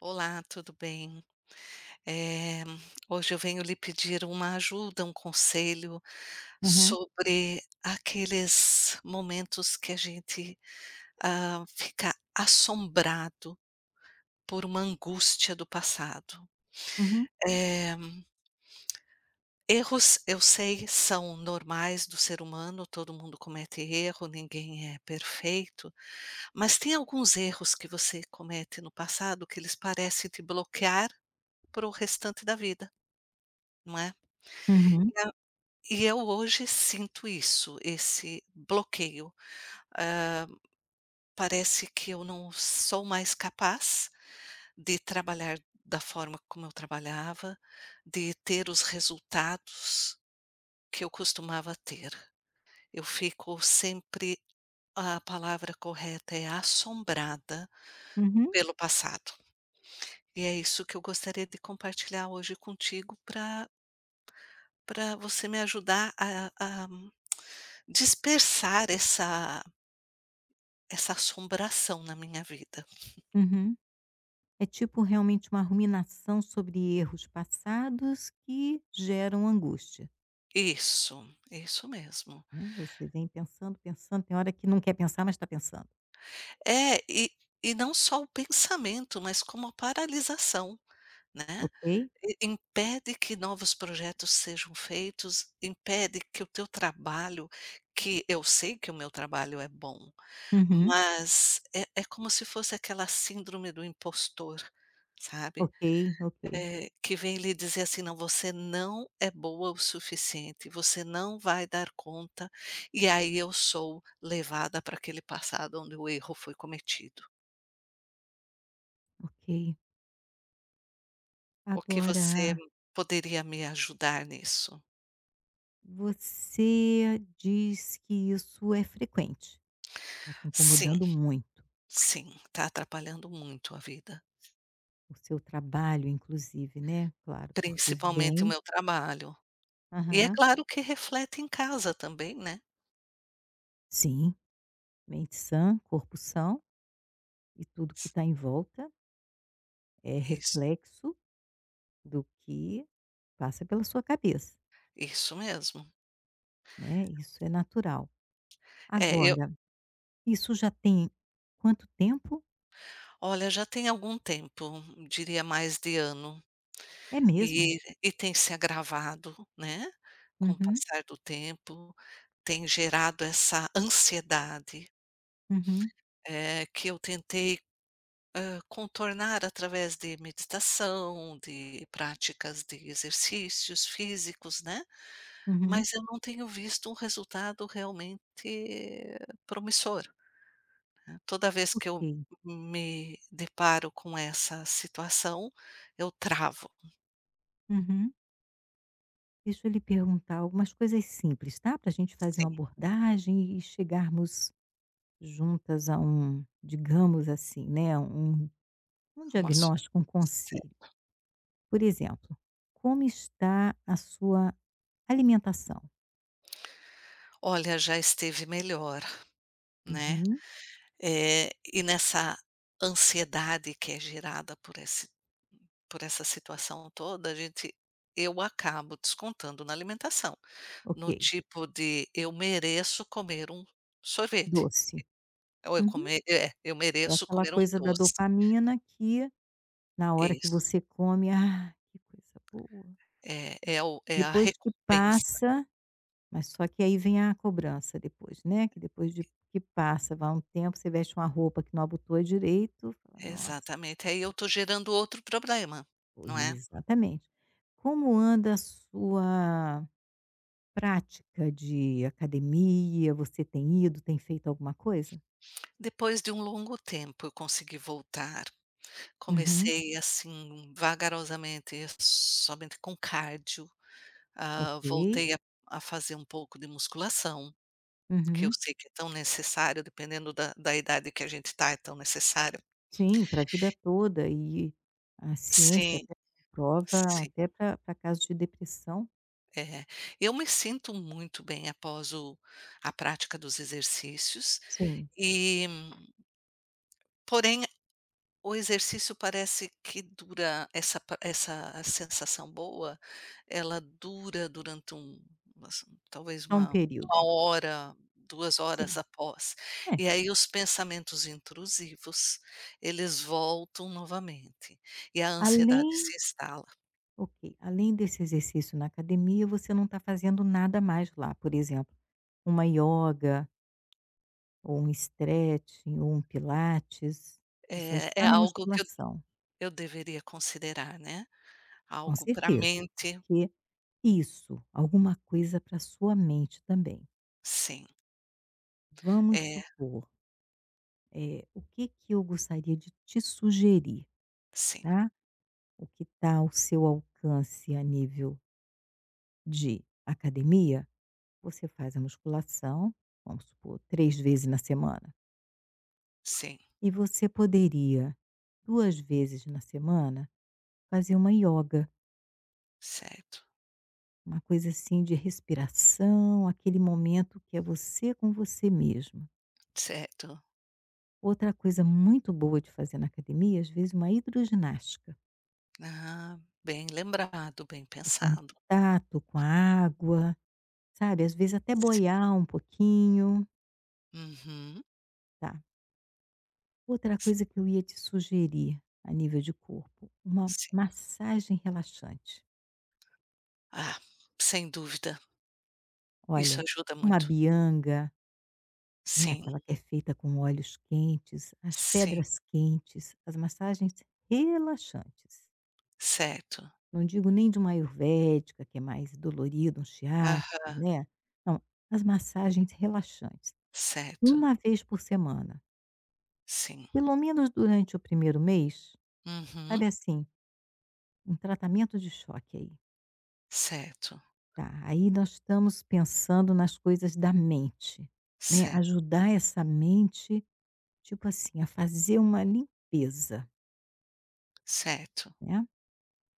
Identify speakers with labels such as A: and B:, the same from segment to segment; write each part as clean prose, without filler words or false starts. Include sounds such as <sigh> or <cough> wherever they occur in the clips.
A: Olá, tudo bem? Eh, Hoje eu venho lhe pedir uma ajuda, um conselho
B: Uhum,
A: sobre aqueles momentos que a gente fica assombrado por uma angústia do passado.
B: uhum,
A: Eh, Erros, eu sei, são normais do ser humano, todo mundo comete erro, ninguém é perfeito, mas tem alguns erros que você comete no passado que eles parecem te bloquear para o restante da vida. Não é?
B: uhum,
A: E a e eu hoje sinto isso, esse bloqueio. hã, Parece que eu não sou mais capaz de trabalhar da forma como eu trabalhava, de ter os resultados que eu costumava ter. Eu fico sempre, a palavra correta, é assombrada
B: uhum,
A: pelo passado. E é isso que eu gostaria de compartilhar hoje contigo para para você me ajudar a dispersar essa assombração na minha vida.
B: uhum. É tipo realmente uma ruminação sobre erros passados que geram angústia,
A: Isso, isso mesmo.
B: né. Você vem pensando, pensando, tem hora que não quer pensar, mas está pensando.
A: É, e não só o pensamento, mas como a paralisação, né.
B: Ok?
A: I impede que novos projetos sejam feitos, impede que o teu trabalho, que eu sei que o meu trabalho é bom,
B: Uhum.
A: mas é como se fosse aquela síndrome do impostor, sabe.
B: Ok, ok,
A: Que vem lhe dizer assim: "Não, você não é boa o suficiente, você não vai dar conta", e aí eu sou levada para aquele passado onde o erro foi cometido.
B: ok.
A: O que
B: Agora,
A: você poderia me ajudar nisso?
B: você diz que isso é frequente, está te
A: Sim,
B: incomodando muito,
A: sim, está atrapalhando muito a vida,
B: o seu trabalho inclusive, né, claro, porque
A: principalmente o
B: vem.
A: meu trabalho. E é
B: Aham.
A: claro que reflete em casa também, né.
B: Sim, mente sã, corpo são. E tudo que está em volta é
A: Isso,
B: reflexo do que passa pela sua cabeça,
A: isso mesmo.
B: né? Isso é natural.
A: É, eu
B: Agora, isso já tem quanto tempo?
A: Olha, já tem algum tempo, diria mais de ano,
B: É mesmo?
A: e tem se agravado, né, com o
B: Uhum,
A: passar do tempo, tem gerado essa ansiedade,
B: uhum,
A: que eu tentei, contornar através de meditação, de práticas de exercícios físicos, né,
B: uhum.
A: mas eu não tenho visto um resultado realmente, eh, promissor. Toda vez que eu
B: Ok.
A: me deparo com essa situação, eu travo.
B: Uhum. Deixa eu lhe perguntar algumas coisas simples, tá? Para a gente fazer uma
A: Sim,
B: abordagem e chegarmos juntas a um, digamos assim, né? Um
A: uma su
B: diagnóstico, um conselho. Por exemplo, como está a sua alimentação?
A: Olha, já esteve melhor, né.
B: Uhum.
A: E nessa ansiedade que é gerada por esse por essa situação toda, a gente eu acabo descontando na alimentação, no
B: Ok,
A: tipo de: "Eu mereço comer um sorvete",
B: doce.
A: ou eu
B: Uhum.
A: comer, é, "Eu
B: É
A: mereço
B: aquela
A: comer um
B: coisa da
A: doce".
B: dopamina que na hora que
A: Isso.
B: você come, ah, que coisa boa.
A: É é o é a
B: Depois que
A: recompensa.
B: passa, mas só que aí vem a cobrança depois, né? Que depois de que passa, vai um tempo, você veste uma roupa que não abotoa direito, fala, nossa,
A: Exatamente, aí eu estou gerando outro problema, não
B: corri
A: é.
B: exatamente. Como anda a sua prática de academia? Você tem ido, tem feito alguma coisa?
A: Depois de um longo tempo eu consegui voltar,
B: Uhum.
A: comecei assim vagarosamente, somente com cardio.
B: Ok.
A: Voltei a fazer um pouco de musculação, que eu
B: Uhum.
A: sei que é tão necessário, dependendo da idade que a gente está, é tão necessário.
B: Sim, para a vida toda e a ciência
A: Sim,
B: até comprova,
A: sim,
B: até para casos de depressão,
A: é. Eu me sinto muito bem após o a prática dos exercícios,
B: sim,
A: e porém, o exercício, parece que dura essa pa essa sensação boa, ela dura durante um umas talvez
B: só um
A: uma
B: período.
A: hora, 2 horas
B: Sim,
A: após.
B: é.
A: E aí os pensamentos intrusivos, eles voltam novamente, e a ansiedade
B: Além
A: se instala.
B: Ok, além desse exercício na academia, você não está fazendo nada mais lá, por exemplo, uma yoga ou um stretching ou um pilates, você só
A: É é
B: está na
A: algo que eu
B: musculação,
A: eu deveria considerar, né,
B: com
A: algo pra
B: certeza,
A: mente.
B: porque isso, alguma coisa para sua mente também.
A: Sim,
B: Vamos
A: é,
B: supor o que que eu gostaria de te sugerir,
A: sim,
B: tá? O que está ao seu alcance a nível de academia, você faz a musculação, vamos supor, 3 vezes na semana.
A: sim,
B: E você poderia, 2 vezes na semana, fazer uma yoga,
A: certo,
B: uma coisa assim de respiração, aquele momento que é você com você mesmo.
A: certo.
B: Outra coisa muito boa de fazer na academia, às vezes, uma hidroginástica,
A: Ah, bem lembrado, bem
B: o
A: pensado.
B: contato com a água. Sabe, às vezes até
A: Sim.
B: boiar um pouquinho,
A: Uhum.
B: tá. Outra
A: S
B: coisa que eu ia te sugerir, a nível de corpo, uma
A: Sim.
B: massagem relaxante.
A: Ah, sem dúvida, isso
B: Olha,
A: ajuda
B: uma
A: muito.
B: bianga, né,
A: Sim,
B: aquela que é feita com óleos quentes, as
A: sim,
B: pedras quentes, as massagens relaxantes.
A: certo.
B: Não digo nem de uma ayurvédica, que é mais dolorido, um shiatsu,
A: Aham,
B: né. Não, as massagens relaxantes,
A: certo,
B: uma vez por semana,
A: sim.
B: pelo menos durante o primeiro mês,
A: Uhum.
B: sabe assim. Um tratamento de choque aí,
A: Certo,
B: tá. Aí nós estamos pensando nas coisas da mente, né,
A: cer
B: ajudar essa mente, tipo assim, a fazer uma limpeza,
A: certo.
B: né.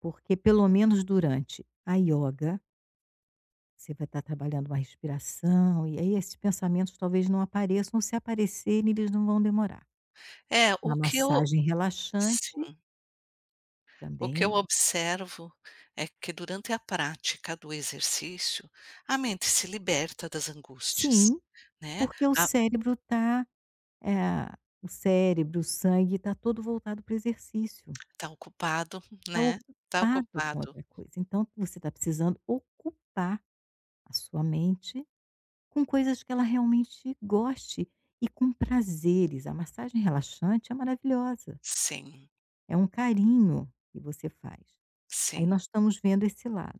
B: Porque pelo menos durante a ioga, você vai estar trabalhando uma respiração, e aí esses pensamentos talvez não apareçam, ou se aparecerem eles não vão demorar.
A: É,
B: Na
A: o que eu,
B: massagem relaxante
A: sim, o que eu
B: também
A: observo é que durante a prática do exercício, a mente se liberta das angústias,
B: sim,
A: né.
B: porque
A: Ah,
B: eh, o cérebro, o sangue está todo voltado para o exercício.
A: tá ocupado,
B: Tá
A: né, tá
B: ocupado com
A: ocupado.
B: outra coisa. Então você tá precisando ocupar a sua mente com coisas que ela realmente goste e com prazeres. A massagem relaxante é maravilhosa,
A: Sim,
B: é um carinho que você faz. Aí
A: sim,
B: nós estamos vendo esse lado.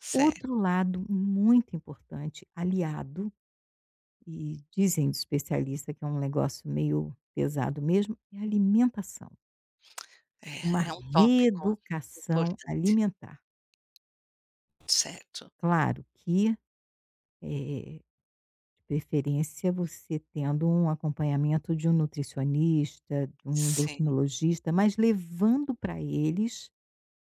A: certo.
B: Outro lado muito importante, aliado, e dizem os especialistas que é um negócio meio pesado mesmo, é a alimentação.
A: É,
B: Uma
A: é um tópico
B: reeducação
A: importante,
B: alimentar.
A: certo.
B: Claro que, eh De preferência, você tendo um acompanhamento de um nutricionista, de um
A: Sim,
B: endocrinologista, mas levando para eles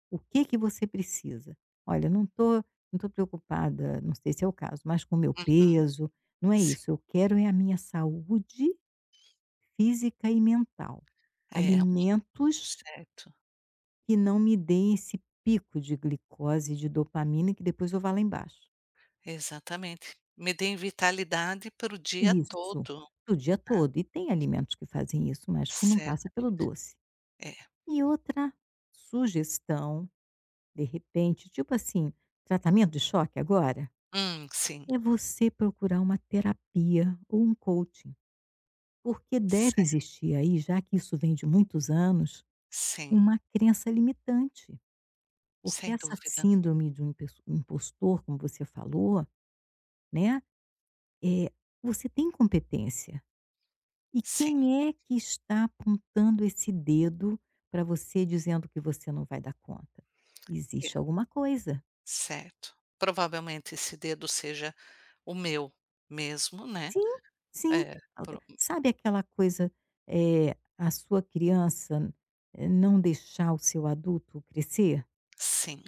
B: o que que você precisa. "Olha, não tô preocupada", não sei se é o caso, "mas com o meu
A: uhum,
B: peso, não é
A: sim.
B: isso, eu quero é a minha saúde física e mental.
A: É, um,
B: Alimentos
A: certo,
B: que não me deem esse pico de glicose e de dopamina que depois eu vá lá embaixo".
A: exatamente. Me deem vitalidade para o dia
B: Isso,
A: todo,
B: o dia todo. E tem alimentos que fazem isso, mas que não passa
A: certo,
B: pelo doce.
A: é.
B: E outra sugestão, de repente, tipo assim, tratamento de choque agora,
A: Sim,
B: é você procurar uma terapia ou um coaching, porque
A: ce
B: deve existir aí, já que isso vem de muitos anos,
A: sim,
B: uma crença limitante, porque
A: sem
B: essa
A: dúvida,
B: síndrome de um impostor, como você falou, né, é, você tem competência. E
A: sim,
B: quem é que está apontando esse dedo para você dizendo que você não vai dar conta?
A: é,
B: Existe alguma coisa.
A: certo. Provavelmente esse dedo seja o meu mesmo, né,
B: Sim, sim.
A: é, pro
B: Sabe aquela coisa, a sua criança, não deixar o seu adulto crescer?
A: sim,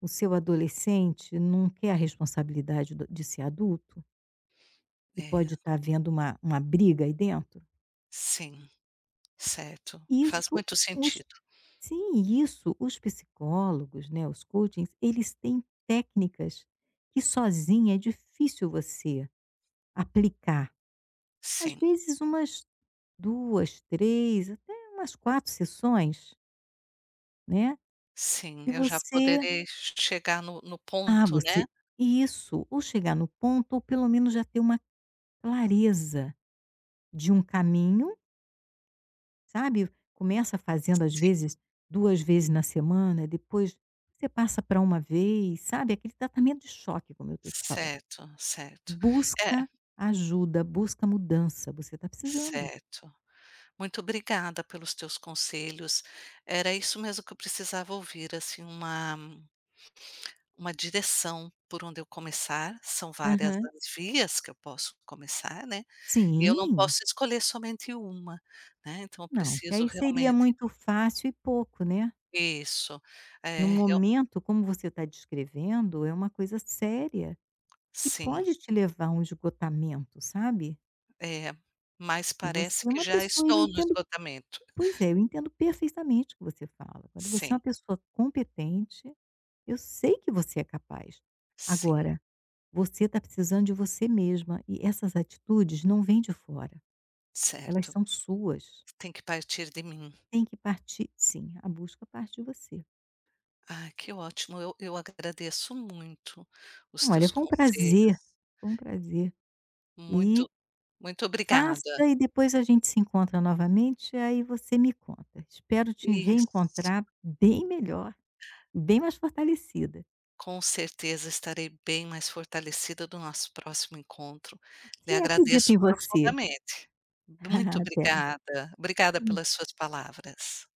B: O seu adolescente não quer a responsabilidade de ser adulto, e pode
A: é,
B: estar havendo uma briga aí dentro?
A: sim, certo, faz
B: Isso,
A: muito
B: os
A: sentido,
B: sim, e isso os psicólogos, né, os coachings, eles têm técnicas que sozinha é difícil você aplicar. Às
A: sim.
B: vezes umas duas, três, até umas 4 sessões, né,
A: Sim,
B: e
A: eu já
B: você
A: poderei chegar no
B: ah,
A: ponto, né.
B: você isso, ou chegar no ponto ou pelo menos já ter uma clareza de um caminho, sabe. Começa fazendo às
A: Sim,
B: vezes 2 vezes na semana, depois você passa para uma vez, sabe, aquele tratamento de choque como eu estou te falando.
A: certo, certo. É,
B: Busca ajuda, busca mudança, você está precisando.
A: certo. Muito obrigada pelos teus conselhos. Era isso mesmo que eu precisava ouvir, assim, uma direção por onde eu começar. São várias
B: Aham.
A: as vias que eu posso começar, né, e eu não
B: Sim,
A: posso escolher somente uma, né, então eu
B: não, que
A: preciso
B: aí seria
A: realmente,
B: muito fácil e pouco, né.
A: isso.
B: No
A: É, eu,
B: momento, como você está descrevendo, é uma coisa séria, que
A: sim,
B: pode te levar a um esgotamento, sabe.
A: é, mas
B: E você
A: parece
B: é
A: que
B: uma
A: já
B: pessoa, eu
A: estou no
B: entendo,
A: esgotamento.
B: pois é, eu entendo perfeitamente o que você fala. Quando você é uma
A: Sim,
B: pessoa competente, eu sei que você é capaz.
A: sim,
B: Agora, você está precisando de você mesma e essas atitudes não vêm de fora. Elas
A: certo.
B: são suas.
A: Tem que partir de mim.
B: Tem que partir sim, a busca parte de você.
A: Ah, que ótimo. Eu agradeço muito os
B: Olha,
A: teus
B: foi um prazer,
A: conselhos.
B: foi um prazer. E
A: Muito, muito
B: faça
A: obrigada.
B: e depois a gente se encontra novamente, aí você me conta. Espero te
A: Isso.
B: reencontrar bem melhor, bem mais fortalecida.
A: Com certeza estarei bem mais fortalecida do nosso próximo encontro. Lhe
B: Sim, acredito
A: agradeço
B: em você.
A: profundamente. Muito
B: <laughs> Até.
A: obrigada. Obrigada pelas suas palavras.